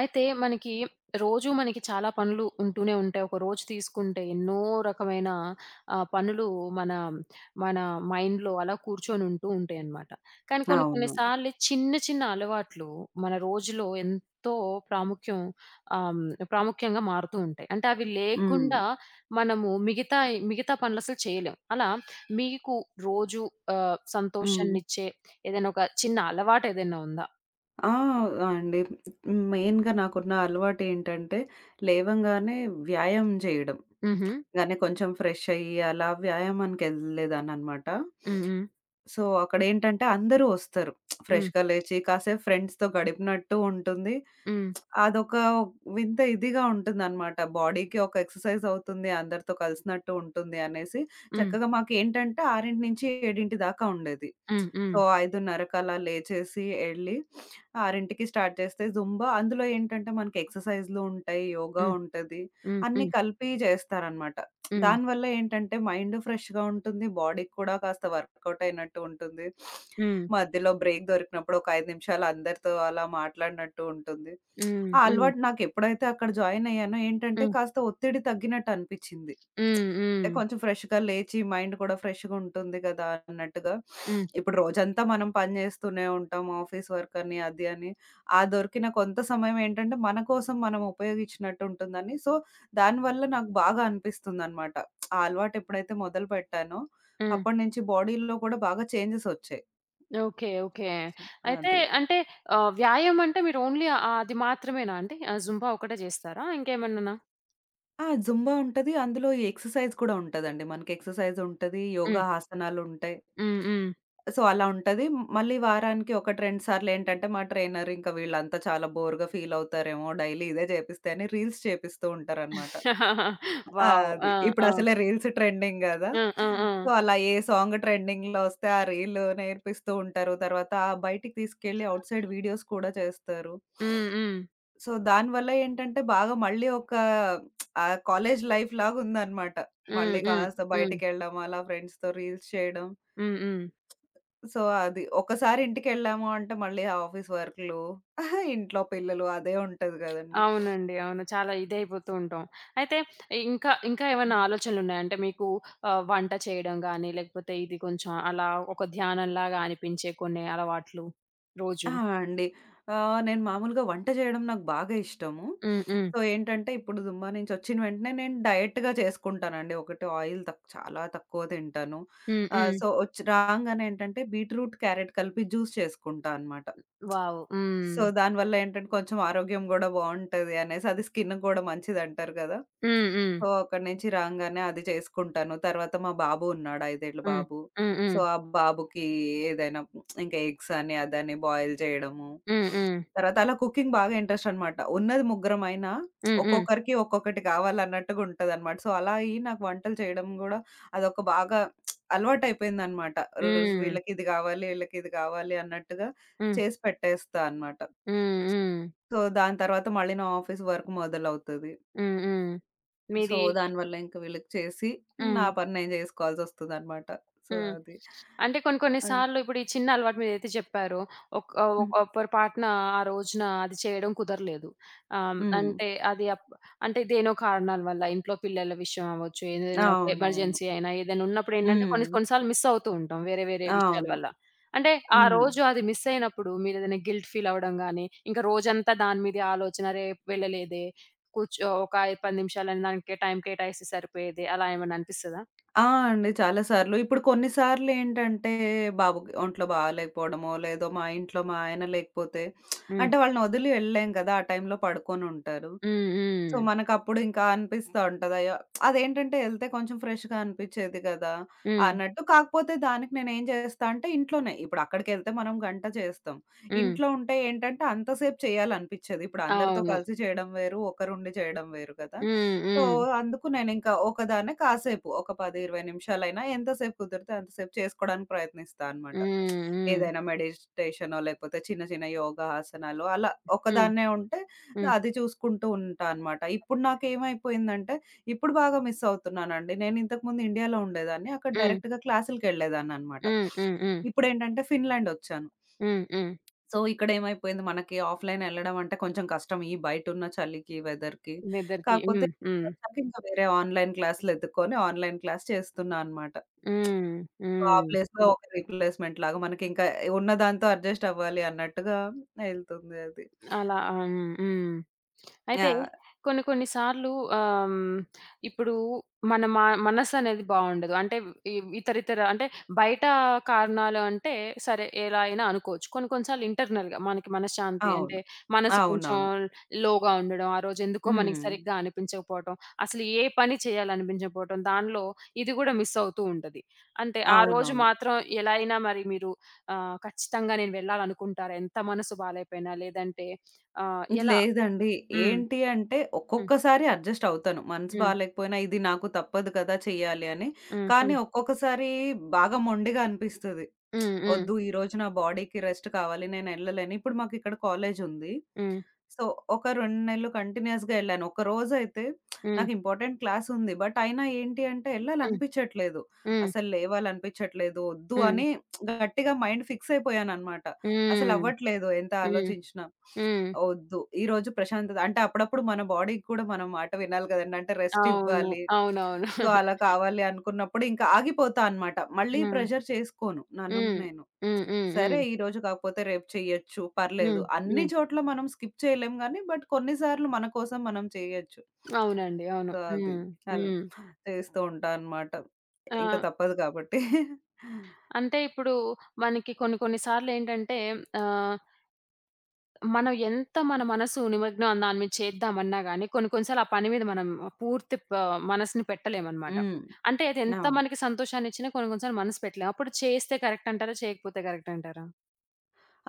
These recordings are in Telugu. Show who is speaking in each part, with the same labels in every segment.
Speaker 1: అయితే మనకి రోజు మనకి చాలా పనులు ఉంటూనే ఉంటాయి. ఒక రోజు తీసుకుంటే ఎన్నో రకమైన పనులు మన మన మైండ్‌లో అలా కూర్చొని ఉంటూ ఉంటాయన్నమాట. కానీ కొన్ని కొన్ని
Speaker 2: అవును.
Speaker 1: సార్లు చిన్న చిన్న అలవాట్లు మన రోజులో ఎంతో ప్రాముఖ్యం ప్రాముఖ్యంగా మారుతూ ఉంటాయి. అంటే అవి
Speaker 2: హ్మ్.
Speaker 1: లేకుండా మనము మిగతా పనులు అసలు చేయలేం. అలా మీకు రోజు
Speaker 2: హ్మ్.
Speaker 1: సంతోషాన్నిచ్చే ఏదైనా ఒక చిన్న అలవాటు ఏదైనా ఉందా?
Speaker 2: ఆ! అండి. మెయిన్‌గా నాకున్న అలవాటేంటంటే, లేవంగానే వ్యాయామం చేయడం.
Speaker 1: హుహు.
Speaker 2: గానే కొంచెం ఫ్రెష్ అయ్యి, అలా వ్యాయామానికెళ్ళేదాన్ననమాట.
Speaker 1: హ్మ్. హ్మ్.
Speaker 2: సో, అక్కడేంటంటే అందరూ ఒస్తారు.
Speaker 1: హ్మ్.
Speaker 2: ఫ్రెష్‌గా లేచి కాసేపు ఫ్రెండ్స్‌తో గడిపినట్టు ఉంటుంది.
Speaker 1: Ừm,
Speaker 2: అదొక వింత ఇదిగా ఉంటుందనమాట. బాడీకి ఒక ఎక్సర్‌సైజ్ అవుతుంది. అందరితో కలిసినట్టు ఉంటుంది అనేసి
Speaker 1: ừm,
Speaker 2: చక్కగా మాకేంటంటే 6:00-7:00 దాకా ఉండేది.
Speaker 1: ừm,
Speaker 2: సో,
Speaker 1: ừm,
Speaker 2: 5:30కలా లేచేసి ఎళ్ళి 6:00కి స్టార్ట్ చేస్తే జుంబా అందులో ఏంటంటే మనకి ఎక్సర్‌సైజ్‌లు ఉంటాయి. యోగా
Speaker 1: ừm,
Speaker 2: ఉంటది.
Speaker 1: ừm,
Speaker 2: అన్నీ
Speaker 1: ừm,
Speaker 2: కలిపి చేస్తారనమాట.
Speaker 1: ừm,
Speaker 2: దానివల్ల ఏంటంటే మైండ్ ఫ్రెష్‌గా ఉంటుంది. బాడీకి కూడా కాస్త వర్కౌట్ అయినట్టు ఉంటుంది.
Speaker 1: ừm, హ్మ్,
Speaker 2: మధ్యలో బ్రేక్ దొరికినప్పుడు ఒక 5 నిమిషాలు అందరితో అలా మాట్లాడినట్టు ఉంటుంది. ఆ అలవాటు నాకెప్పుడైతే అక్కడ జాయిన్ అయ్యానో ఏంటంటే కాస్త ఒత్తిడి తగ్గినట్టు అనిపిచ్చింది.
Speaker 1: హ్మ్, హ్మ్, హ్మ్,
Speaker 2: అంటే
Speaker 1: హ్మ్,
Speaker 2: కొంచెం ఫ్రెష్‌గా లేచి మైండ్ కూడా ఫ్రెష్‌గా ఉంటుంది కదా! అన్నట్టుగా.
Speaker 1: హ్మ్,
Speaker 2: ఇప్పుడు రోజంతా మనం పని చేస్తూనే ఉంటాం. ఆఫీస్ వర్క్ అని అది అని. ఆ దొరికిన కొంత సమయం ఏంటంటే మన కోసం మనం ఉపయోగించినట్టు ఉంటుందని. సో దానివల్ల నాకు బాగా అనిపిస్తుందనమాట. ఆ అలవాటెప్పుడైతే మొదలుపెట్టానో,
Speaker 1: హ్మ్.
Speaker 2: అప్పటినుంచి బాడీలో కూడా బాగా చేంజెసొచ్చాయి.
Speaker 1: ఓకే. ఓకే. అయితే
Speaker 2: అది.
Speaker 1: అంటే వ్యాయామం అంటే మీరు ఓన్లీ అది మాత్రమేనా అండి? ఆ జుంబా ఒకటే చేస్తారా? ఇంకేమన్నానా?
Speaker 2: ఆ! జుంబా ఉంటది. అందులో ఈ ఎక్సర్సైజ్ కూడా ఉంటదండి. మనకి ఎక్సర్సైజుంటది,
Speaker 1: హ్మ్.
Speaker 2: యోగా ఆసనాలుంటాయి.
Speaker 1: హ్మ్. హ్మ్.
Speaker 2: సో, అలా ఉంటది. మళ్ళీ వారానికి 1, 2 సార్లేంటంటే మా ట్రైనర్ ఇంకా వీళ్ళంతా చాలా బోర్‌గా ఫీలవుతారేమో డైలీ ఇదే చేపిస్తే అని రీల్స్ చేపిస్తూ ఉంటారనమాట. ఆ!
Speaker 1: వావ్!
Speaker 2: అది.
Speaker 1: ఆ! ఆ!
Speaker 2: ఇప్పుడసలే రీల్స్ ట్రెండింగ్ గదా!
Speaker 1: ఆ! ఆ! ఆ!
Speaker 2: సో, అలా ఏ సాంగ్ ట్రెండింగ్‌లో వస్తే ఆ రీల్ నేర్పిస్తూ ఉంటారు. తర్వాత బయటికి తీసుకెళ్ళి ఔట్ సైడ్ వీడియోస్ కూడా చేస్తారు.
Speaker 1: హ్మ్. హ్మ్.
Speaker 2: సో, దానివల్ల ఏంటంటే బాగా మళ్ళీ ఒక ఆ కాలేజ్ లైఫ్ లాగుందనమాట.
Speaker 1: హ్మ్.
Speaker 2: మళ్ళీ
Speaker 1: హ్మ్.
Speaker 2: కాస్త
Speaker 1: హ్మ్.
Speaker 2: బయటికెళ్ళడం, అలా ఫ్రెండ్స్‌తో రీల్స్ చేయడం.
Speaker 1: హ్మ్. హ్మ్.
Speaker 2: సో, అది ఒకసారి ఇంటికెళ్ళాము అంటే మళ్ళీ ఆఫీస్ వర్కులు, ఇంట్లో పిల్లలు అదే ఉంటది గదండీ!
Speaker 1: అవునండి. అవును. చాలా ఇదైపోతూ ఉంటాం. అయితే ఇంకా ఏమైనా ఆలోచనలున్నాయా? అంటే మీకు వంట చేయడం గాని, లేకపోతే ఇది కొంచెం అలా ఒక ధ్యానంలాగా అనిపించే కొన్ని అలవాట్లు
Speaker 2: ఆ!
Speaker 1: రోజు?
Speaker 2: అండి. నేను మామూలుగా వంట చేయడం నాకు బాగా ఇష్టము.
Speaker 1: హ్మ్. హ్మ్.
Speaker 2: సో, ఏంటంటే ఇప్పుడు దుమ్మా నుంచి వచ్చిన వెంటనే నేను డైట్‌గా చేసుకుంటానండి. ఒకటి ఆయిల్ చాలా తక్కువ తింటాను.
Speaker 1: హ్మ్. హ్మ్.
Speaker 2: సో, వచ్చి రాంగానే ఏంటంటే బీట్రూట్, క్యారెట్ కలిపి జ్యూస్ చేసుకుంటా అనమాట.
Speaker 1: వావ్! హ్మ్.
Speaker 2: సో, దానివల్ల ఏంటంటే కొంచెం ఆరోగ్యం గూడా బావుంటది అనేసి అది స్కిన్‌కి గూడా మంచిదంటారు గదా!
Speaker 1: హ్మ్. హ్మ్.
Speaker 2: సో, అక్కడి నుంచి రాంగానే అది చేసుకుంటాను. తర్వాత మా బాబు ఉన్నాడు. 5 ఏళ్ల
Speaker 1: హ్మ్.
Speaker 2: బాబు. సో,
Speaker 1: హ్మ్.
Speaker 2: ఆ బాబుకి ఏదైనా ఇంకా ఎగ్స్ అని, అదని బాయిల్ చేయడము.
Speaker 1: హ్మ్.
Speaker 2: తర్వాత అలా కుకింగ్ బాగా ఇంట్రెస్ట్ అనమాట. ఉన్నది ముగ్గురమైనా
Speaker 1: హ్మ్. హ్మ్.
Speaker 2: ఒక్కొక్కరికి ఒక్కొక్కటి కావాలన్నట్టుగా ఉంటదనమాట. సో, అలా అయ్యి నాకు వంటలు చేయడం గూడా అదొక బాగా అలవాటయిపోయిందనమాట. రోజు
Speaker 1: హ్మ్.
Speaker 2: వీళ్ళకి ఇది గావాలి, వీళ్ళకి ఇది గావాలి అన్నట్టుగా
Speaker 1: హ్మ్. హ్మ్. హ్మ్. హ్మ్.
Speaker 2: చేసి పెట్టేస్తా అన్నమాట.
Speaker 1: హ్మ్.
Speaker 2: సో, దాని తర్వాత మళ్ళీ నా ఆఫీస్ వర్క్ మొదలవుతది.
Speaker 1: హ్మ్. హ్మ్.
Speaker 2: సో,
Speaker 1: మీది
Speaker 2: దానివల్ల ఇంక వీళ్ళకి చేసి నా
Speaker 1: హ్మ్.
Speaker 2: పని నేను జేసుకోవాల్సొస్తదనమాట. సో,
Speaker 1: హ్మ్.
Speaker 2: అది.
Speaker 1: అంటే కొన్ని కొన్ని
Speaker 2: అన్
Speaker 1: సార్లు ఇప్పుడు ఈ చిన్న అలవాటు మీరైతే చెప్పారో, ఒక్
Speaker 2: హ్మ్.
Speaker 1: ఒక్ పొరపాటున ఆ రోజున అది చేయడం కుదరలేదు.
Speaker 2: హ్మ్.
Speaker 1: అంటే అది అప్ అంటే దేనో కారణాల వల్ల ఇంట్లో పిల్లల విషయం అవ్వచ్చు, ఏదైనా ఒక
Speaker 2: అవునవును.
Speaker 1: ఎమర్జెన్సీ అయినా ఏదైనా ఉన్నప్పుడు ఏంటంటే కొన్ని
Speaker 2: హ్మ్.
Speaker 1: కొన్ని సార్లు మిస్ అవుతూ ఉంటాం వేరే వేరే విషయాల
Speaker 2: అవును.
Speaker 1: వల్ల. అంటే ఆ
Speaker 2: హ్మ్.
Speaker 1: రోజు అది మిస్ అయినప్పుడు మీరేదైనా గిల్ట్ ఫీల్ అవ్వడం గాని, ఇంకా రోజంతా దాని మీదే ఆలోచన రేపు వెళ్ళలేదే, కూర్చో ఒక 5, 10 నిమిషాలైనా దానికి టైం కేటాయిస్తే సరిపోయేది అలా ఏమన్నా అనిపిస్తదా?
Speaker 2: ఆ! అండి. చాలా సార్లు. ఇప్పుడు కొన్ని సార్లేంటంటే బాబుకి ఒంట్లో బాలేకపోవడమో, లేదో మా ఇంట్లో మా ఆయన లేకపోతే
Speaker 1: హ్మ్.
Speaker 2: అంటే వాళ్ళని వదిలి వెళ్ళలేం కదా! ఆ టైంలో పడుకొనుంటారు.
Speaker 1: హ్మ్.
Speaker 2: సో,
Speaker 1: హ్మ్.
Speaker 2: మనకప్పుడు ఇంకా అనిపిస్తా ఉంటది. అయ్యో! అదేంటంటే ఎళ్తే కొంచెం ఫ్రెష్‌గా అనిపిచ్చేది గదా!
Speaker 1: హ్మ్.
Speaker 2: అన్నట్టు. కాకపోతే దానికి నేనేం చేస్తా అంటే ఇంట్లోనే ఇప్పుడు అక్కడికెళ్తే మనం గంట చేస్తాం.
Speaker 1: హ్మ్.
Speaker 2: ఇంట్లో ఉంటే ఏంటంటే అంతసేపు చేయాలనిపిచ్చేది. ఇప్పుడు అందరితో
Speaker 1: అవును.
Speaker 2: కలిసి చేయడం వేరు, ఒకరుండి చేయడం వేరు కదా!
Speaker 1: హ్మ్.
Speaker 2: సో,
Speaker 1: హ్మ్.
Speaker 2: అందుకు నేనింకా ఒకదాన్నే కాసేపు ఒక 10, 20 నిమిషాలైనా ఎంతసేపు కుదిరితే అంతసేపు చేసుకోవడానికి ప్రయత్నిస్తా అనమాట.
Speaker 1: హ్మ్. హ్మ్.
Speaker 2: ఏదైనా మెడిటేషనో లేకపోతే చిన్న చిన్న యోగా ఆసనాలు అలా
Speaker 1: హ్మ్.
Speaker 2: ఒకదాన్నే ఉంటే
Speaker 1: హ్మ్.
Speaker 2: అది చూసుకుంటూ ఉంటా అనమాట. ఇప్పుడు నాకేమైపోయిందంటే, ఇప్పుడు బాగా మిస్ అవుతున్నానండి. నేను ఇంతకుముందు ఇండియాలో ఉండేదాన్ని. అక్కడ
Speaker 1: హ్మ్.
Speaker 2: డైరెక్ట్‌గా క్లాసులకెళ్ళేదాన్ననమాట.
Speaker 1: హ్మ్. హ్మ్. హ్మ్.
Speaker 2: ఇప్పుడేంటంటే ఫిన్లాండొచ్చాను.
Speaker 1: హ్మ్. హ్మ్.
Speaker 2: సో, ఇక్కడేమైపోయింది మనకి ఆఫ్‌లైన్ ఎళ్ళడం అంటే కొంచెం కష్టం. ఈ బయటున్న చలికి, వెదర్‌కి.
Speaker 1: నిద్రకి.
Speaker 2: కాకపోతే
Speaker 1: హ్మ్. హ్మ్.
Speaker 2: ఇక్కడొచ్చాక ఇంకా వేరే ఆన్‌లైన్ క్లాసులెతుక్కొని ఆన్‌లైన్ క్లాస్ చేస్తున్నా అనమాట.
Speaker 1: హ్మ్.
Speaker 2: సో, ఆ
Speaker 1: హ్మ్.
Speaker 2: ప్లేస్‌లో ఒక రీప్లేస్‌మెంట్ లాగా మనకింకా ఉన్న దాంతో అడ్జస్ట్ అవ్వాలి అన్నట్టుగా ఎళ్తుంది అది.
Speaker 1: అలా ఆ! హ్మ్. హ్మ్. అయితే
Speaker 2: యాహ్!
Speaker 1: కొన్ని కొన్ని సార్లు ఆహ్, హ్మ్, ఇప్పుడు మన మ మనసనేది బావుండదు. అంటే ఇ ఇతరితర అంటే బయట కారణాలు అంటే సరే ఎలా అయినా అనుకోవచ్చు. కొన్ని కొన్ని సార్లు ఇంటర్నల్‌గా మనకి మనశ్శాంతి అంటే
Speaker 2: అవును.
Speaker 1: మనసు కొంచెం
Speaker 2: అవునవును.
Speaker 1: లోగా ఉండడం, ఆ రోజు ఎందుకో మనకి
Speaker 2: హ్మ్.
Speaker 1: సరిగ్గా అనిపించకపోవటం, అసలు ఏ పని చేయాలనిపించకపోవటం, దానిలో ఇది కూడా మిస్ అవుతూ ఉంటది. అంటే ఆ రోజు
Speaker 2: అవునవును.
Speaker 1: మాత్రం ఎలా అయినా మరి మీరు ఖచ్చితంగా నేను వెళ్ళాలనుకుంటారా? ఎంత మనసు బాలేపోయినా లేదంటే ఆ! ఎలా?
Speaker 2: లేదండి.
Speaker 1: హ్మ్.
Speaker 2: ఏంటి అంటే
Speaker 1: హ్మ్.
Speaker 2: ఒక్కొక్కసారి అడ్జస్ట్ అవుతాను. మనసు
Speaker 1: హ్మ్.
Speaker 2: బాలేకపోయినా ఇది నాకు తప్పదు కదా! చెయ్యాలి అని.
Speaker 1: హ్మ్.
Speaker 2: కానీ
Speaker 1: హ్మ్.
Speaker 2: ఒక్కొక్కసారి బాగా మొండిగా అనిపిస్తది.
Speaker 1: హ్మ్.
Speaker 2: వద్దు ఈరోజు నా బాడీకి రెస్ట్ కావాలి. నేనెళ్ళలేను. ఇప్పుడు మాకిక్కడ కాలేజుంది.
Speaker 1: హ్మ్.
Speaker 2: సో, ఒక 2 నెలలు కంటిన్యూయస్‌గా ఎళ్ళాను. ఒకరోజైతే
Speaker 1: హ్మ్.
Speaker 2: నాకు ఇంపార్టెంట్ క్లాసుంది. బట్ అయినా ఏంటి అంటే
Speaker 1: హ్మ్.
Speaker 2: ఎళ్ళాలనిపిచ్చట్లేదు.
Speaker 1: హ్మ్.
Speaker 2: అసలు లేవాలనిపిచ్చట్లేదు. వద్దు
Speaker 1: హ్మ్.
Speaker 2: అని గట్టిగా మైండ్ ఫిక్స్ అయిపోయాననమాట.
Speaker 1: హ్మ్.
Speaker 2: అసలవ్వట్లేదు ఎంత
Speaker 1: హ్మ్.
Speaker 2: ఆలోచించినా.
Speaker 1: హ్మ్. హ్మ్.
Speaker 2: వద్దు ఈరోజు ప్రశాంతత అంటే అప్పుడప్పుడు మన బాడీకి కూడా మనం మాట వినాలి కదండీ. అంటే రెస్ట్
Speaker 1: అవును.
Speaker 2: ఇవ్వాలి.
Speaker 1: అవునవును.
Speaker 2: సో, అలా కావాలి అనుకున్నప్పుడు ఇంకా ఆగిపోతా అనమాట. మళ్ళీ
Speaker 1: హ్మ్.
Speaker 2: ప్రెషర్ చేసుకోను నన్ను
Speaker 1: హ్మ్.
Speaker 2: నేను.
Speaker 1: హ్మ్. హ్మ్.
Speaker 2: సరే
Speaker 1: హ్మ్.
Speaker 2: ఈరోజు కాకపోతే రేపు చెయ్యొచ్చు. పర్లేదు.
Speaker 1: హ్మ్.
Speaker 2: అన్ని
Speaker 1: హ్మ్.
Speaker 2: చోట్ల మనం స్కిప్ చేయలేం గానీ, బట్ కొన్ని సార్లు మన కోసం మనం చేయొచ్చు.
Speaker 1: అవునండి. అవును.
Speaker 2: సో, అది.
Speaker 1: హ్మ్.
Speaker 2: అలా
Speaker 1: హ్మ్.
Speaker 2: చేస్తూ ఉంటా అనమాట. ఇంక
Speaker 1: ఆహ్,
Speaker 2: తప్పదు కాబట్టి.
Speaker 1: అంటే ఇప్పుడు మనకి కొన్ని కొన్ని సార్లేంటంటే ఆహ్ మనం ఎంత మన మనసు నిమగ్నం దాని మీద చేద్దామన్నా గాని, కొన్ని కొన్ని సార్లు ఆ పని మీద మనం పూర్తి ప మనసుని పెట్టలేమనమాట.
Speaker 2: హ్మ్.
Speaker 1: అంటే అది
Speaker 2: ఆ!
Speaker 1: ఎంత మనకి సంతోషాన్నిచ్చినా కొన్ని కొన్ని సార్లు మనసు పెట్టలేము. అప్పుడు చేస్తే కరెక్ట్ అంటారా? చేయకపోతే కరెక్ట్ అంటారా?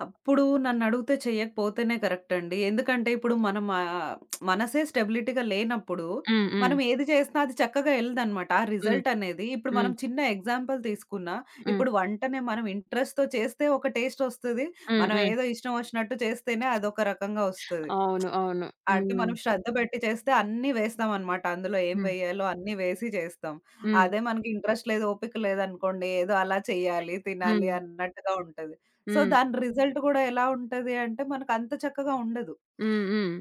Speaker 2: అప్పుడు నన్నడిగితే చెయ్యకపోతేనే కరెక్టండి. ఎందుకంటే ఇప్పుడు మనం మనసే స్టెబిలిటీగా లేనప్పుడు,
Speaker 1: హ్మ్. హ్మ్.
Speaker 2: మనం ఏది చేసినా అది చక్కగా ఎళ్ళదనమాట. ఆ
Speaker 1: హ్మ్.
Speaker 2: రిజల్ట్ అనేది ఇప్పుడు మనం
Speaker 1: హ్మ్.
Speaker 2: చిన్న ఎగ్జాంపుల్ తీసుకున్నా,
Speaker 1: హ్మ్.
Speaker 2: ఇప్పుడు వంటనే మనం ఇంట్రెస్ట్‌తో చేస్తే ఒక టేస్టొస్తది.
Speaker 1: హ్మ్.
Speaker 2: మనం
Speaker 1: హ్మ్.
Speaker 2: ఏదో ఇష్టం ఒచ్చినట్టు చేస్తేనే అదొక రకంగా ఒస్తది.
Speaker 1: అవును. అవును.
Speaker 2: అంటే
Speaker 1: హ్మ్.
Speaker 2: మనం శ్రద్ధ పెట్టి చేస్తే అన్నీ వేస్తామనమాట. అందులో ఏం
Speaker 1: హ్మ్.
Speaker 2: వేయాలో అన్నీ వేసి చేస్తాం.
Speaker 1: హ్మ్.
Speaker 2: అదే మనకి ఇంట్రెస్ట్ లేదు, ఓపిక లేదనుకోండి, ఏదో అలా చేయాలి, తినాలి
Speaker 1: హ్మ్.
Speaker 2: అన్నట్టుగా ఉంటది. సో,
Speaker 1: హ్మ్.
Speaker 2: దాని రిజల్ట్ కూడా ఎలా ఉంటది అంటే, మనకంత చక్కగా ఉండదు.
Speaker 1: హ్మ్. హ్మ్.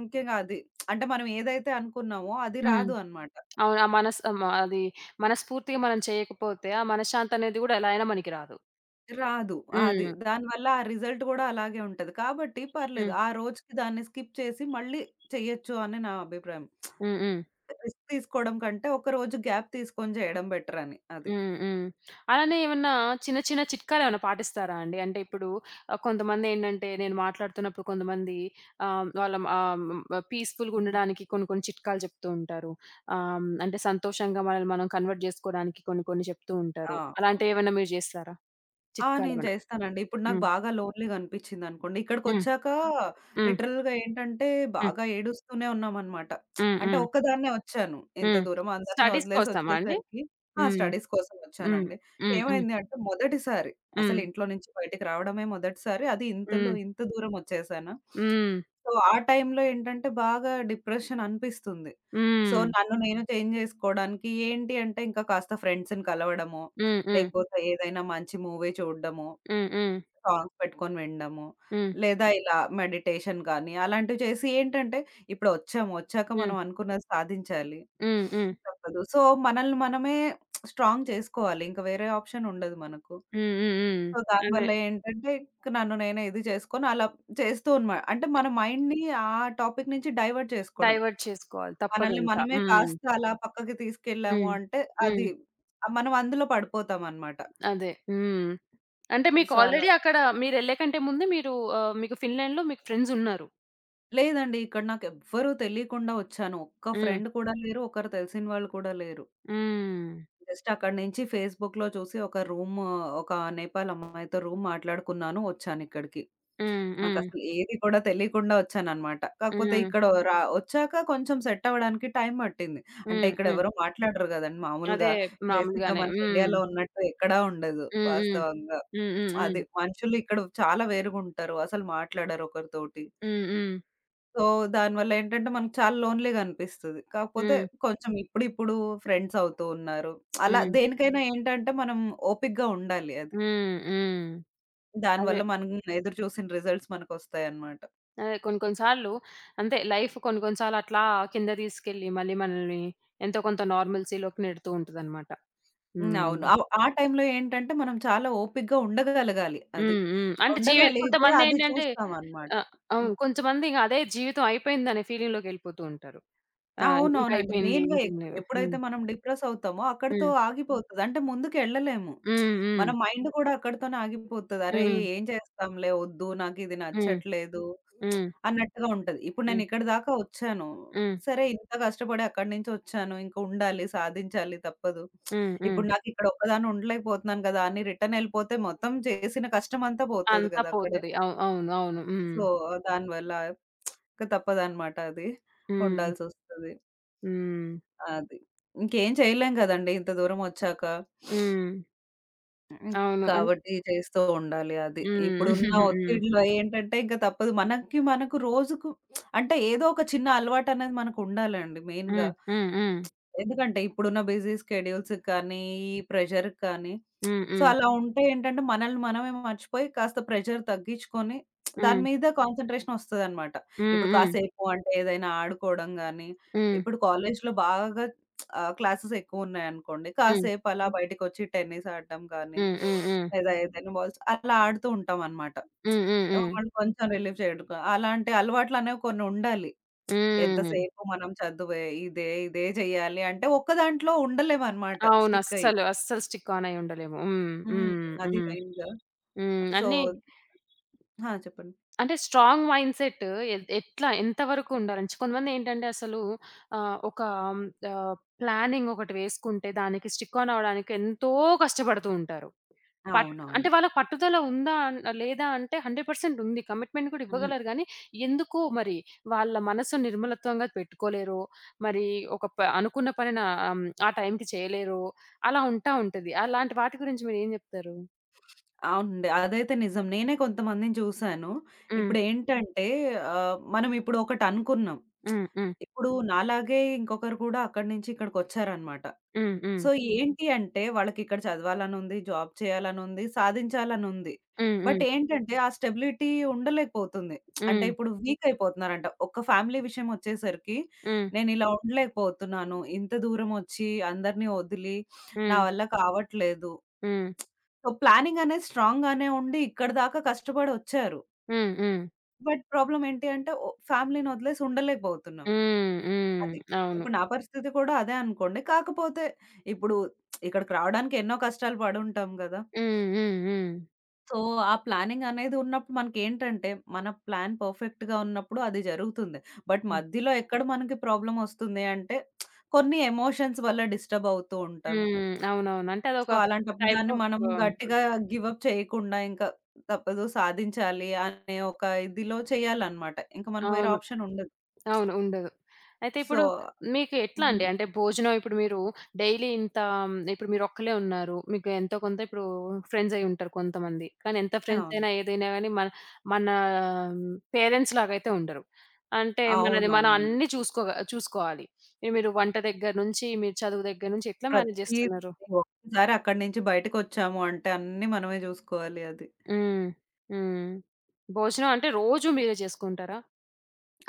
Speaker 2: ముఖ్యంగా అది. అంటే మనం ఏదైతే అనుకున్నామో అది
Speaker 1: హ్మ్.
Speaker 2: రాదు అనమాట.
Speaker 1: అవును. ఆ మనస్ ఆ మ అది మనస్ఫూర్తిగా మనం చేయకపోతే, ఆ మనశ్శాంతనేది గూడా ఎలా అయినా మనకి రాదు.
Speaker 2: రాదు. అది.
Speaker 1: హ్మ్.
Speaker 2: దానివల్ల ఆ రిజల్ట్ కూడా అలాగే ఉంటది. కాబట్టి పర్లేదు.
Speaker 1: హ్మ్.
Speaker 2: ఆ రోజుకి దాన్ని స్కిప్ చేసి మళ్ళీ చెయ్యొచ్చు అని నా అభిప్రాయం.
Speaker 1: హ్మ్. హ్మ్.
Speaker 2: రిస్క్ తీసుకోవడం కంటే ఒక రోజు గ్యాప్ తీసుకొని చేయడం బెటర్ అని. అది.
Speaker 1: హ్మ్. హ్మ్. అలానే ఏమన్నా చిన్న చిన్న చిట్కాలేమన్నా పాటిస్తారా అండి? అంటే ఇప్పుడు కొంతమందేంటంటే నేను మాట్లాడుతున్నప్పుడు కొంతమంది వాళ్ళ పీస్‌ఫుల్‌గా
Speaker 2: హ్మ్.
Speaker 1: ఉండడానికి కొన్ని కొన్ని చిట్కాలు చెప్తూ ఉంటారు. అంటే సంతోషంగా మనల్ని మనం కన్వర్ట్ జేసుకోవడానికి కొన్ని కొన్ని చెప్తూ
Speaker 2: ఆ!
Speaker 1: ఉంటారు.
Speaker 2: అవును.
Speaker 1: అలాంటియేమన్నా మీరు జేస్తారా?
Speaker 2: ఆ! నేను
Speaker 1: చిట్కాలేమన్నా?
Speaker 2: చేస్తానండి. ఇప్పుడు నాకు
Speaker 1: హ్మ్.
Speaker 2: బాగా లోన్‌లీగా అనిపిచ్చిందనుకోండి,
Speaker 1: హ్మ్.
Speaker 2: ఇక్కడికొచ్చాక
Speaker 1: హ్మ్.
Speaker 2: లిటరల్‌గా ఏంటంటే,
Speaker 1: హ్మ్.
Speaker 2: బాగా ఏడుస్తూనే ఉన్నామనమాట.
Speaker 1: హ్మ్.
Speaker 2: అంటే
Speaker 1: హ్మ్.
Speaker 2: ఒక్కదాన్నే వచ్చాను. ఎంత
Speaker 1: హ్మ్.
Speaker 2: దూరం అందరిని
Speaker 1: స్టడీస్
Speaker 2: వదిలేసి
Speaker 1: కోసమా అండి?
Speaker 2: వచ్చేసరికి ఆ!
Speaker 1: హ్మ్.
Speaker 2: స్టడీస్ కోసం
Speaker 1: హ్మ్.
Speaker 2: వచ్చానండి.
Speaker 1: హ్మ్. హ్మ్.
Speaker 2: ఏమైంది అంటే, మొదటిసారి అసలు
Speaker 1: హ్మ్.
Speaker 2: ఇంట్లో నుంచి బయటికి రావడమే మొదటిసారి. అది ఇంతలో
Speaker 1: హ్మ్.
Speaker 2: ఇంత దూరం వచ్చేసాను.
Speaker 1: హ్మ్.
Speaker 2: సో, ఆ టైంలో ఏంటంటే, బాగా డిప్రెషన్ అనిపిస్తుంది. సో,
Speaker 1: హ్మ్.
Speaker 2: నన్ను నేను చేంజ్ చేసుకోవడానికి ఏంటి అంటే, ఇంకా కాస్త ఫ్రెండ్స్‌ని కలవడము
Speaker 1: హ్మ్. హ్మ్.
Speaker 2: లేకపోతే ఏదైనా మంచి మూవీ చూడడము,
Speaker 1: హ్మ్. హ్మ్.
Speaker 2: సాంగ్స్ పెట్టుకొని వినడము,
Speaker 1: హ్మ్.
Speaker 2: లేదా ఇలా మెడిటేషన్ కానీ అలాంటివి చేసి ఏంటంటే ఇప్పుడు వచ్చాము, వచ్చాక
Speaker 1: హ్మ్.
Speaker 2: మనం అనుకున్నది సాధించాలి.
Speaker 1: హ్మ్. హ్మ్.
Speaker 2: తప్పదు. సో, మనల్ని మనమే స్ట్రాంగ్ చేసుకోవాలి. ఇంక వేరే ఆప్షన్ ఉండదు మనకు.
Speaker 1: హ్మ్. హ్మ్. హ్మ్.
Speaker 2: సో,
Speaker 1: అదే.
Speaker 2: దానివల్ల ఏంటంటే ఇక నన్ను నేనే ఇది చేసుకొని అలా చేస్తూ ఉన్నా. అంటే మన మైండ్‌ని ఆ టాపిక్ నుంచి డైవర్ట్ చేసుకోవడం.
Speaker 1: డైవర్ట్ చేసుకోవాలి.
Speaker 2: మనల్ని
Speaker 1: తప్పదింక.
Speaker 2: మనమే
Speaker 1: హ్మ్.
Speaker 2: కాస్త అలా పక్కకి తీసుకెళ్ళాము
Speaker 1: హ్మ్.
Speaker 2: అంటే అది
Speaker 1: హ్మ్.
Speaker 2: మనం అందులో పడిపోతామనమాట.
Speaker 1: అదే. హ్మ్. అంటే మీకు
Speaker 2: సో, అలా
Speaker 1: ఆల్రెడీ అక్కడ మీరెళ్ళే కంటే ముందే మీరు మీకు ఫిన్లాండ్‌లో మీకు ఫ్రెండ్స్ ఉన్నారు.
Speaker 2: లేదండి. ఇక్కడ నాకెవ్వరూ తెలియకుండా వచ్చాను. ఒక్క
Speaker 1: హ్మ్.
Speaker 2: ఫ్రెండ్ కూడా లేరు. ఒకరు తెలిసిన వాళ్ళు కూడా లేరు.
Speaker 1: హ్మ్.
Speaker 2: జస్ట్ అక్కడి నుంచి ఫేస్‌బుక్‌లో చూసి ఒక రూమ్ ఒక నేపాల్ అమ్మాయితో రూమ్ మాట్లాడుకున్నాను. వచ్చానిక్కడికి.
Speaker 1: హ్మ్. హ్మ్.
Speaker 2: నాకసలు ఏది కూడా తెలియకుండా వచ్చాననమాట. కాకపోతే
Speaker 1: హ్మ్.
Speaker 2: ఇక్కడ వచ్చాక కొంచెం సెట్ అవ్వడానికి టైం పట్టింది. అంటే
Speaker 1: హ్మ్.
Speaker 2: ఇక్కడ
Speaker 1: హ్మ్.
Speaker 2: ఎవరు మాట్లాడరు గదండీ
Speaker 1: అదే
Speaker 2: మామూలుగా. బేసిక్‌గా
Speaker 1: మామూలుగానే.
Speaker 2: మనకి
Speaker 1: హ్మ్.
Speaker 2: ఇండియాలో ఉన్నట్టు ఎక్కడా ఉండదు
Speaker 1: హ్మ్. హ్మ్.
Speaker 2: వాస్తవంగా.
Speaker 1: హ్మ్.
Speaker 2: అది
Speaker 1: హ్మ్.
Speaker 2: మనుషులు ఇక్కడ చాలా వేరుగుంటారు. అసలు మాట్లాడరు ఒకరితోటి.
Speaker 1: హ్మ్. హ్మ్.
Speaker 2: సో, దానివల్ల ఏంటంటే మనకు చాలా లోన్‌లీ‌గా అనిపిస్తది. కాకపోతే
Speaker 1: హ్మ్. హ్మ్.
Speaker 2: కొంచెం ఇప్పుడిప్పుడు ఫ్రెండ్స్ అవుతూ ఉన్నారు. అలా
Speaker 1: హ్మ్.
Speaker 2: దేనికైనా ఏంటంటే మనం ఓపికగా ఉండాలి అది.
Speaker 1: హ్మ్. హ్మ్. అదే.
Speaker 2: దానివల్ల మనం ఎదురు చూసిన రిజల్ట్స్ మనకొస్తాయన్నమాట.
Speaker 1: అదే కొన్ని కొన్ని సార్లు అంతే లైఫ్ కొన్ని కొన్ని సార్లు అట్లా కింద తీసుకెళ్ళి మళ్ళీ మనల్ని ఎంతో కొంత నార్మల్సీలోకి నెడుతూ ఉంటదనమాట.
Speaker 2: హ్మ్. అవును.
Speaker 1: హ్మ్.
Speaker 2: ఆ టైంలో ఏంటంటే మనం చాలా ఓపికగా ఉండగలగాలి అది.
Speaker 1: హ్మ్. హ్మ్. అంటే
Speaker 2: ఉండగలిగితే అది
Speaker 1: కొంతమందేంటంటే
Speaker 2: చూస్తామన్నమాట.
Speaker 1: ఆ! అవును. కొంతమందింక అదే జీవితం అయిపోయిందనే ఫీలింగ్‌లోకెళ్ళిపోతూ ఉంటారు. ఆ! ఇంక
Speaker 2: అవునవునండి.
Speaker 1: అయిపోయింది.
Speaker 2: మెయిన్‌గా
Speaker 1: ఇంకేం లేదు. హ్మ్.
Speaker 2: ఎప్పుడైతే మనం డిప్రెస్ అవుతామో అక్కడితో
Speaker 1: హ్మ్.
Speaker 2: ఆగిపోతది. అంటే ముందుకెళ్ళలేము.
Speaker 1: హ్మ్. హ్మ్.
Speaker 2: మన మైండ్ కూడా అక్కడితోనే ఆగిపోతది. అరే!
Speaker 1: హ్మ్.
Speaker 2: ఏం చేస్తాంలే వద్దు. నాకిది
Speaker 1: హ్మ్.
Speaker 2: నచ్చట్లేదు
Speaker 1: హ్మ్.
Speaker 2: అన్నట్టుగా ఉంటది. ఇప్పుడు నేను
Speaker 1: హ్మ్.
Speaker 2: ఇక్కడి దాకా వచ్చాను.
Speaker 1: హ్మ్.
Speaker 2: సరే ఇంత కష్టపడి అక్కడి నుంచి వచ్చాను. ఇంక ఉండాలి, సాధించాలి తప్పదు.
Speaker 1: హ్మ్. హ్మ్.
Speaker 2: ఇప్పుడు నాకిక్కడ ఒక్కదాన్ని ఉండలేకపోతున్నాను కదా! అని రిటర్న్ ఎళ్ళిపోతే మొత్తం చేసిన కష్టం అంతా పోతది
Speaker 1: అంతా
Speaker 2: కదా! అక్కడే.
Speaker 1: పోతది. అవును. అవును. హ్మ్.
Speaker 2: సో, దానివల్ల ఇక తప్పదనమాట అది.
Speaker 1: హ్మ్.
Speaker 2: ఉండాల్సొస్తది.
Speaker 1: హ్మ్.
Speaker 2: అది. ఇంకేం చేయలేం గదండీ! ఇంత దూరమొచ్చాక.
Speaker 1: హ్మ్.
Speaker 2: హ్మ్.
Speaker 1: అవును.
Speaker 2: కాబట్టి చేస్తూ ఉండాలి అది.
Speaker 1: హ్మ్.
Speaker 2: ఇప్పుడున్న
Speaker 1: హ్మ్.
Speaker 2: ఒత్తిడిలో ఏంటంటే ఇంక తప్పదు. మనకు రోజుకు అంటే ఏదో ఒక చిన్న అలవాటనేది మనకుండాలండి మెయిన్‌గా.
Speaker 1: హ్మ్. హ్మ్. హ్మ్.
Speaker 2: ఎందుకంటే ఇప్పుడున్న బిజీ స్కెడ్యూల్స్‌కి కానీ, ఈ ప్రెషర్‌కి కానీ,
Speaker 1: హ్మ్.
Speaker 2: సో,
Speaker 1: హ్మ్.
Speaker 2: అలా ఉంటే ఏంటంటే మనల్ని మనమే మర్చిపోయి కాస్త ప్రెషర్ తగ్గించుకొని దాని
Speaker 1: హ్మ్.
Speaker 2: మీద కాన్సంట్రేషన్ వస్తదనమాట.
Speaker 1: హ్మ్.
Speaker 2: ఇప్పుడు
Speaker 1: హ్మ్.
Speaker 2: కాసేపు అంటే ఏదైనా ఆడుకోవడం గానీ,
Speaker 1: హ్మ్.
Speaker 2: ఇప్పుడు కాలేజ్‌లో బాగా క్లాసెస్ ఎక్కువున్నాయనుకోండి.
Speaker 1: హ్మ్.
Speaker 2: కాసేపు అలా బయటికొచ్చి టెన్నిస్ ఆడడం కానీ,
Speaker 1: హ్మ్. హ్మ్. హ్మ్.
Speaker 2: లేదా ఏదైనా బాల్స్ అలా ఆడుతూ ఉంటామనమాట.
Speaker 1: హ్మ్. హ్మ్.
Speaker 2: ఏమో
Speaker 1: హ్మ్.
Speaker 2: మనం కొంచెం రిలీఫ్ చేయడానికి అలాంటి అలవాట్లనేవి కొన్ని ఉండాలి.
Speaker 1: హ్మ్.
Speaker 2: ఎంతసేపు మనం చదువే ఇదే, ఇదే చేయాలి అంటే ఒక్క దాంట్లో ఉండలేమనమాట
Speaker 1: అవును.
Speaker 2: స్టిక్ అయ్యి.
Speaker 1: అస్సలు, అస్సలు స్టిక్ ఆన్ అయి ఉండలేము. హ్మ్.
Speaker 2: హ్మ్.
Speaker 1: హ్మ్.
Speaker 2: అది
Speaker 1: హ్మ్.
Speaker 2: మెయిన్‌గా.
Speaker 1: హ్మ్.
Speaker 2: సో
Speaker 1: అన్నీ
Speaker 2: ఆ! చెప్పండి.
Speaker 1: అంటే స్ట్రాంగ్ మైండ్‌సెట్ ఎట్లా ఎంతవరకు ఉండాలంటే కొంతమందేంటంటే అసలు ఒక ఆహ్, ప్లానింగ్ ఒకటి వేసుకుంటే దానికి స్టిక్ ఆన్ అవ్వడానికి ఎంతో కష్టపడుతూ ఉంటారు. పట్ అంటే
Speaker 2: అవునవును.
Speaker 1: వాళ్ళకి పట్టుదల ఉందా లేదా అంటే 100% ఉంది. కమిట్‌మెంట్ కూడా
Speaker 2: హ్మ్.
Speaker 1: ఇవ్వగలరు గానీ, ఎందుకో మరి వాళ్ళ మనసు నిర్మలత్వంగా పెట్టుకోలేరో, మరి ఒక ప అనుకున్న పనిని ఆ టైంకి చేయలేరో, అలా ఉంటది. అలాంటి వాటి గురించి మీరేం జెప్తారు?
Speaker 2: అవునండి. అదైతే నిజం. నేనే కొంతమందిని చూసాను.
Speaker 1: హ్మ్.
Speaker 2: ఇప్పుడేంటంటే మనం ఇప్పుడు ఒకటనుకున్నాం.
Speaker 1: హ్మ్. హ్మ్.
Speaker 2: ఇప్పుడు నాలాగే ఇంకొకరు కూడా అక్కడి నుంచి ఇక్కడికొచ్చారనమాట.
Speaker 1: హ్మ్. హ్మ్.
Speaker 2: సో, ఏంటి అంటే వాళ్ళకిక్కడ చదవాలనుంది, జాబ్ చేయాలనుంది, సాధించాలనుంది. బట్
Speaker 1: హ్మ్.
Speaker 2: ఏంటంటే ఆ స్టెబిలిటీ ఉండలేకపోతుంది. అంటే
Speaker 1: హ్మ్.
Speaker 2: ఇప్పుడు వీక్ అయిపోతున్నారంట. ఒక్క ఫ్యామిలీ విషయం ఒచ్చేసరికి
Speaker 1: హ్మ్.
Speaker 2: నేనిలా ఉండలేకపోతున్నాను. ఇంత దూరమొచ్చి అందరిని వదిలి
Speaker 1: హ్మ్.
Speaker 2: నా
Speaker 1: హ్మ్.
Speaker 2: వల్ల కావట్లేదు.
Speaker 1: హ్మ్.
Speaker 2: సో, ప్లానింగ్ అనేది స్ట్రాంగ్‌గానే ఉండి ఇక్కడి దాకా కష్టపడొచ్చారు.
Speaker 1: హ్మ్. హ్మ్.
Speaker 2: బట్ ప్రాబ్లమ్ ఏంటి అంటే ఓ ఫ్యామిలీని వదిలేసి ఉండలేకపోతున్నాం.
Speaker 1: హ్మ్. హ్మ్.
Speaker 2: అది.
Speaker 1: అవును.
Speaker 2: ఇప్పుడు నా పరిస్థితి కూడా అదే అనుకోండి. కాకపోతే ఇప్పుడు ఇక్కడికి రావడానికి ఎన్నో కష్టాలు పడుంటాం గదా!
Speaker 1: హ్మ్. హ్మ్. హ్మ్.
Speaker 2: సో, ఆ ప్లానింగ్ అనేది ఉన్నప్పుడు మనకేంటంటే మన ప్లాన్ పర్ఫెక్ట్‌గా ఉన్నప్పుడు అది జరుగుతుంది. బట్ మధ్యలో ఎక్కడ మనకి ప్రాబ్లమ్ వస్తుంది అంటే కొన్ని ఎమోషన్స్ వల్ల డిస్టర్బ్ అవుతూ ఉంటాం.
Speaker 1: హ్మ్. అవునవును. అంటే
Speaker 2: సో,
Speaker 1: అదొక
Speaker 2: అలాంటప్పుడు
Speaker 1: టైప్
Speaker 2: దాన్ని
Speaker 1: ఆఫ్
Speaker 2: మనం గట్టిగా గివ్ అప్ చేయకుండా ఇంకా తప్పదు సాధించాలి అనే ఒక ఇదిలో చేయాలన్నమాట. ఇంకా మనకు వేరే
Speaker 1: అవును.
Speaker 2: ఆప్షన్ ఉండదు.
Speaker 1: అవును. ఉండదు. అయితే
Speaker 2: సో
Speaker 1: ఇప్పుడు మీకు ఎట్లా
Speaker 2: హ్మ్.
Speaker 1: అండి? అంటే భోజనం ఇప్పుడు మీరు డైలీ ఇంత ఇప్పుడు మీరొక్కలే ఉన్నారు. మీకు ఎంతో కొంత ఇప్పుడు ఫ్రెండ్స్ అయ్యి ఉంటారు కొంతమంది. కానీ ఎంత ఫ్రెండ్స్
Speaker 2: అవును.
Speaker 1: అయినా ఏదైనా గాని మన మన పేరెంట్స్ లాగైతే ఉండరు. అంటే మనది మనం
Speaker 2: అవునవునండి.
Speaker 1: అన్నీ చూసుకోవాలి. ఇగ మీరు వంట దగ్గర నుంచి, మీరు చదువు దగ్గర నుంచి ఎట్లా మేనేజ్
Speaker 2: ప్రతీది
Speaker 1: జేస్తున్నారు?
Speaker 2: ఒక్కసారి అక్కడి నుంచి బయటకొచ్చాము అంటే అన్నీ మనమే జూసుకోవాలి అది.
Speaker 1: హ్మ్. హ్మ్. భోజనం అంటే రోజు మీరే చేసుకుంటారా?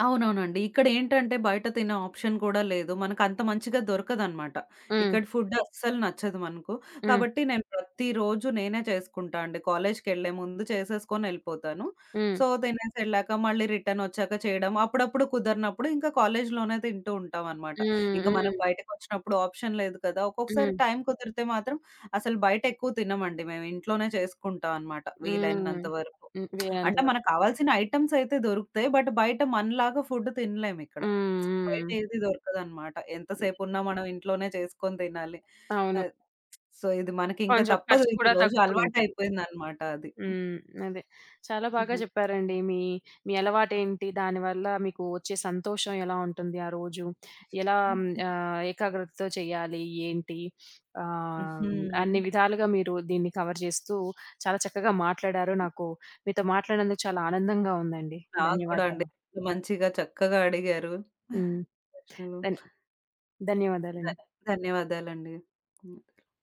Speaker 2: అవునవునండి. ఇక్కడేంటంటే బయట తినే ఆప్షన్ కూడా లేదు. మనకంత మంచిగా దొరకదనమాట.
Speaker 1: హ్మ్.
Speaker 2: ఇక్కడ ఫుడ్ అస్సలు నచ్చదు మనకు.
Speaker 1: హ్మ్.
Speaker 2: కాబట్టి నేను ప్రతిరోజు నేనే చేసుకుంటా అండి. కాలేజ్‌కెళ్ళే ముందు చేసేసుకొని ఎళ్ళిపోతాను.
Speaker 1: హ్మ్.
Speaker 2: సో, తినేసెళ్ళాక మళ్ళీ రిటర్నొచ్చాక చేయడం. అప్పుడప్పుడు కుదరనప్పుడు ఇంకా కాలేజ్‌లోనే తింటూ ఉంటామనమాట.
Speaker 1: హ్మ్.
Speaker 2: ఇంక మనం
Speaker 1: హ్మ్.
Speaker 2: బయటకొచ్చినప్పుడు ఆప్షన్ లేదు కదా! ఒక్కొక్కసారి
Speaker 1: హ్మ్.
Speaker 2: టైం కుదిరితే మాత్రం అసలు బయటెక్కువ తినమండి మేము. ఇంట్లోనే చేసుకుంటాం అనమాట
Speaker 1: హ్మ్.
Speaker 2: వీలైనంత వరకు.
Speaker 1: హ్మ్. వీలైనంత
Speaker 2: అంటే మనకు
Speaker 1: వరకు.
Speaker 2: కావాల్సిన ఐటెమ్స్ అయితే దొరుకుతాయి. బట్ బయట మనలాగా ఫుడ్ తినలేమిక్కడ.
Speaker 1: హ్మ్.
Speaker 2: బయట
Speaker 1: హ్మ్.
Speaker 2: ఏది దొరకదనమాట.
Speaker 1: హ్మ్.
Speaker 2: ఎంతసేపున్నా మనం ఇంట్లోనే చేసుకొని తినాలి.
Speaker 1: అవును.
Speaker 2: ఆహ్, సో, ఇది మనకింక
Speaker 1: కొంచెం
Speaker 2: తప్పదు.
Speaker 1: ఖర్చు
Speaker 2: ఇది
Speaker 1: కూడా
Speaker 2: రోజు
Speaker 1: తగ్గుతూ ఉంటది.
Speaker 2: అలవాటయిపోయిందనమాట అది.
Speaker 1: హ్మ్. అదే. చాలా బాగా చెప్పారండి. మీ మీ అలవాటేంటి? దానివల్ల మీకు వచ్చే సంతోషం ఎలా ఉంటుంది ఆ రోజు? ఎలా
Speaker 2: హ్మ్.
Speaker 1: ఏకాగ్రతతో చేయాలి? ఏంటి? ఆహ్,
Speaker 2: హ్మ్.
Speaker 1: అన్ని విధాలుగా మీరు దీన్ని కవర్ చేస్తూ చాలా చక్కగా మాట్లాడారు. నాకు మీతో మాట్లాడినందుకు చాలా ఆనందంగా ఉందండి.
Speaker 2: నాకు కూడా అండి.
Speaker 1: ధన్యవాదాలు.
Speaker 2: మంచిగా చక్కగా అడిగారు
Speaker 1: హ్మ్.
Speaker 2: ప్రశ్నలు.
Speaker 1: ధన్
Speaker 2: ధ
Speaker 1: ధన్యవాదాలండి.
Speaker 2: ధన్యవాదాలండి. హ్మ్.